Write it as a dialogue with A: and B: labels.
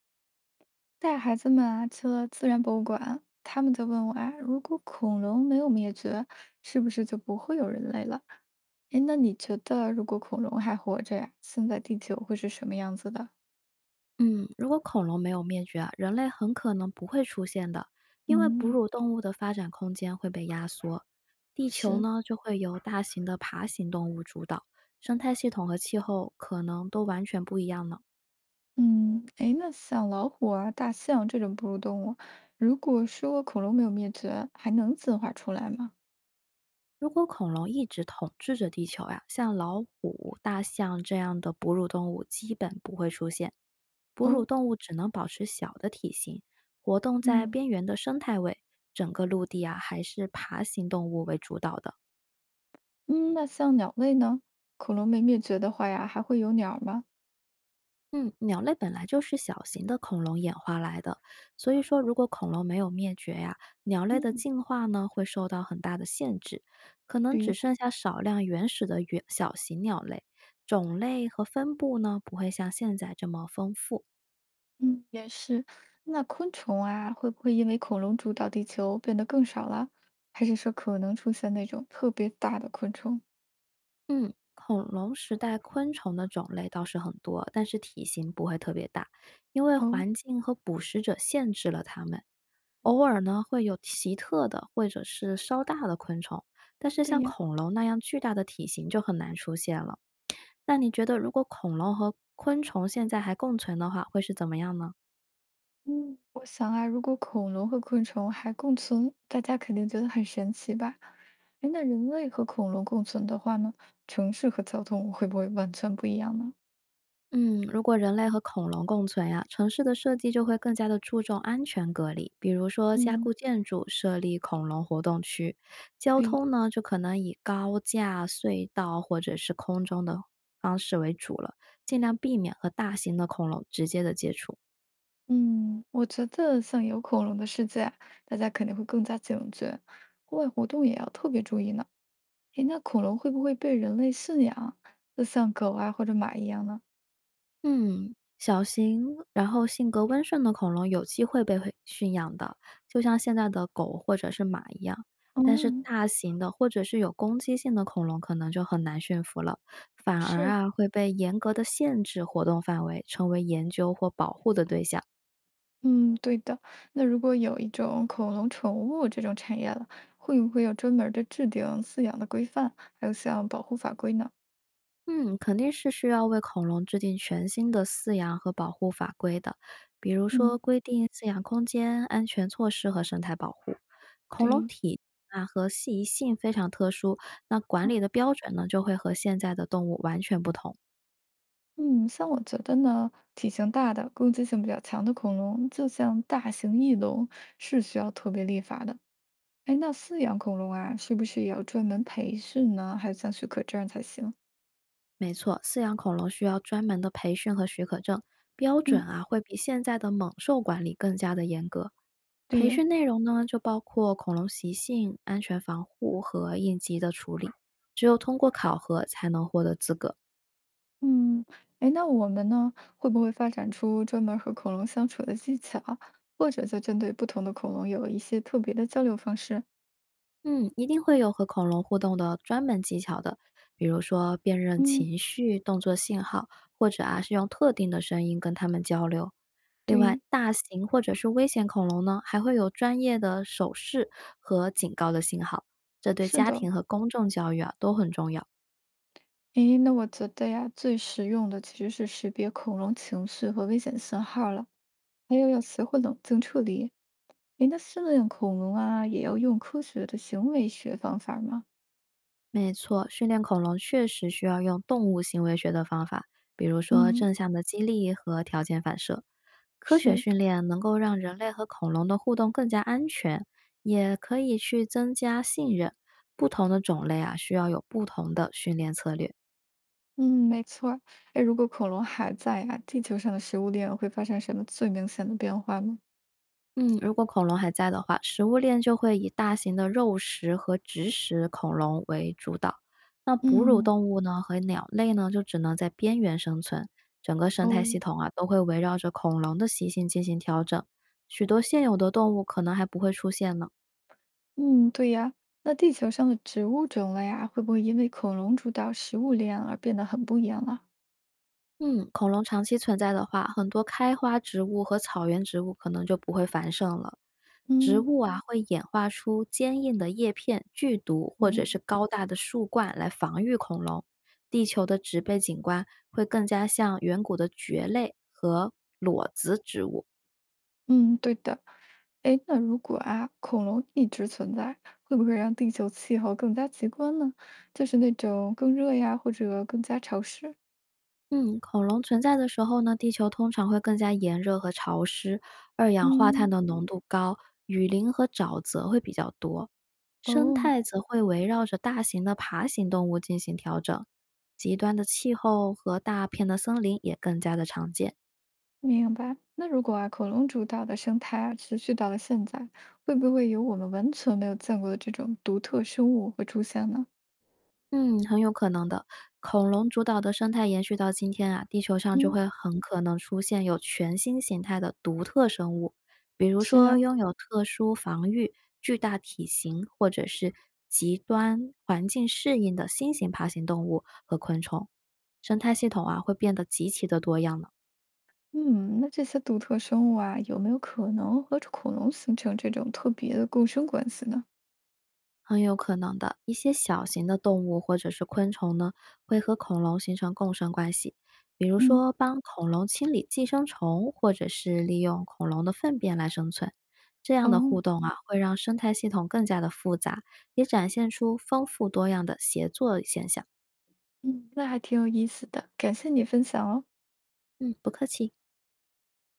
A: 带孩子们啊去了自然博物馆，他们就问我啊，如果恐龙没有灭绝，是不是就不会有人类了？哎，那你觉得如果恐龙还活着呀，现在地球会是什么样子的？
B: 嗯，如果恐龙没有灭绝啊，人类很可能不会出现的，因为哺
A: 嗯，
B: 乳动物的发展空间会被压缩，地球
A: 是，
B: 呢就会由大型的爬行动物主导，生态系统和气候可能都完全不一样呢。
A: 嗯，哎，那像老虎啊、大象这种哺乳动物，如果说恐龙没有灭绝，还能进化出来吗？
B: 如果恐龙一直统治着地球呀，像老虎、大象这样的哺乳动物基本不会出现，哺乳
A: 哦，
B: 动物只能保持小的体型，活动在
A: 嗯
B: 边缘的生态位，整个陆地啊还是爬行动物为主导的。
A: 嗯，那像鸟类呢？恐龙没灭绝的话呀，还会有鸟吗？
B: 嗯，鸟类本来就是小型的恐龙演化来的，所以说如果恐龙没有灭绝呀，鸟类的
A: 嗯，
B: 进化呢会受到很大的限制，可能只
A: 对。
B: 剩下少量原始的原小型鸟类，种类和分布呢不会像现在这么丰富。
A: 嗯，也是。那昆虫啊，会不会因为恐龙主导地球变得更少了？还是说可能出现那种特别大的昆虫？
B: 嗯，恐龙时代昆虫的种类倒是很多，但是体型不会特别大，因为
A: 哦，
B: 环境和捕食者限制了它们。
A: 嗯，
B: 偶尔呢，会有奇特的或者是稍大的昆虫，但是
A: 对
B: 像
A: 呀，
B: 恐龙那样巨大的体型就很难出现了。那你觉得，如果恐龙和昆虫现在还共存的话，会是怎么样呢？
A: 嗯，我想啊，如果恐龙和昆虫还共存，大家肯定觉得很神奇吧？哎，那人类和恐龙共存的话呢，城市和交通会不会完全不一样呢？
B: 嗯，如果人类和恐龙共存呀、城市的设计就会更加的注重安全隔离，比如说加
A: 嗯，
B: 固建筑、设立恐龙活动区，交
A: 对，
B: 通呢就可能以高架、隧道或者是空中的方式为主了，尽量避免和大型的恐龙直接的接触。
A: 嗯，我觉得像有恐龙的世界啊大家肯定会更加警觉，户外活动也要特别注意呢。诶，那恐龙会不会被人类驯养，就像狗啊或者马一样呢？
B: 嗯，小型然后性格温顺的恐龙有机会被会驯养的，就像现在的狗或者是马一样。但是
A: 哦，
B: 大型的或者是有攻击性的恐龙可能就很难驯服了，反而
A: 是，
B: 啊会被严格的限制活动范围，成为研究或保护的对象。
A: 嗯，对的。那如果有一种恐龙宠物这种产业了，会不会有专门儿的制定饲养的规范，还有像保护法规呢？
B: 嗯，肯定是需要为恐龙制定全新的饲养和保护法规的，比如说
A: 嗯，
B: 规定饲养空间、安全措施和生态保护。恐龙
A: 对。
B: 体啊和适宜性非常特殊，那管
A: 哦
B: 理的标准呢就会和现在的动物完全不同。
A: 嗯，像我觉得呢，体型大的、攻击性比较强的恐龙，就像大型翼龙，是需要特别立法的。哎，那饲养恐龙啊，是不是也要专门培训呢？还有像许可证儿才行？
B: 没错，饲养恐龙需要专门的培训和许可证，标准
A: 嗯，
B: 啊会比现在的猛兽管理更加的严格。
A: 对
B: 培
A: 呀。
B: 训内容呢就包括恐龙习性、安全防护和应急的处理，只有通过考核才能获得资格。
A: 嗯，哎，那我们呢，会不会发展出专门儿和恐龙相处的技巧，或者就针对不同的恐龙有一些特别的交流方式？
B: 嗯，一定会有和恐龙互动的专门技巧的，比如说辨认
A: 嗯，
B: 情绪、动作信号，或者啊是用特定的声音跟它们交流。另外，
A: 对，
B: 大型或者是危险恐龙呢，还会有专业的手势和警告的信号，这对
A: 是
B: 家
A: 的。
B: 庭和公众教育啊都很重要。
A: 哎，那我觉得呀，最实用的其实是识别恐龙情绪和危险信号了，还有要学会冷静处理。哎，那训练恐龙啊，也要用科学的行为学方法吗？
B: 没错，训练恐龙确实需要用动物行为学的方法，比如说
A: 嗯，
B: 正向的激励和条件反射。科学
A: 是，
B: 训练能够让人类和恐龙的互动更加安全，也可以去增加信任。不同的种类啊，需要有不同的训练策略。
A: 嗯，没错儿。哎，如果恐龙还在啊，地球上的食物链会发生什么最明显的变化吗？
B: 嗯，如果恐龙还在的话，食物链就会以大型的肉食和植食恐龙为主导。那哺乳
A: 嗯，
B: 动物呢和鸟类呢，就只能在边缘生存。整个生态系
A: 哦，
B: 统啊，都会围绕着恐龙的习性进行调整。许多现有的动物可能还不会出现呢。
A: 嗯，对呀。那地球上的植物种类啊，会不会因为恐龙主导食物链而变得很不一样了？
B: 嗯，恐龙长期存在的话，很多开花植物和草原植物可能就不会繁盛了。植
A: 嗯
B: 物啊，会演化出坚硬的叶片、剧毒或者是
A: 嗯
B: 高大的树冠来防御恐龙。地球的植被景观会更加像远古的蕨类和裸子植物。
A: 嗯，对的。哎，那如果啊，恐龙一直存在，会不会让地球气候更加极端呢？就是那种更热呀，或者更加潮湿？
B: 嗯，恐龙存在的时候呢，地球通常会更加炎热和潮湿，二氧化碳
A: 嗯，
B: 的浓度高，雨林和沼泽会比较多。生
A: 哦，
B: 态则会围绕着大型的爬行动物进行调整，极端的气候和大片的森林也更加的常见。
A: 明白。那如果啊，恐龙主导的生态啊，持续到了现在，会不会有我们完全没有见过的这种独特生物会出现呢？
B: 嗯，很有可能的。恐龙主导的生态延续到今天啊，地球上就
A: 嗯。
B: 会很可能出现有全新形态的独特生物，比如
A: 是
B: 说
A: 啊，
B: 拥有特殊防御、巨大体型或者是极端环境适应的新型爬行动物和昆虫。生态系统啊，会变得极其的多样呢。
A: 嗯，那这些独特生物啊，有没有可能和恐龙形成这种特别的共生关系呢？
B: 很有可能的。一些小型的动物或者是昆虫呢，会和恐龙形成共生关系，比如
A: 嗯，
B: 说帮恐龙清理寄生虫，或者是利用恐龙的粪便来生存。这样的
A: 哦，
B: 互动啊，会让生态系统更加的复杂，也展现出丰富多样的协作现象。
A: 嗯，那还挺有意思的，感谢你分享哦。
B: 嗯，不客气。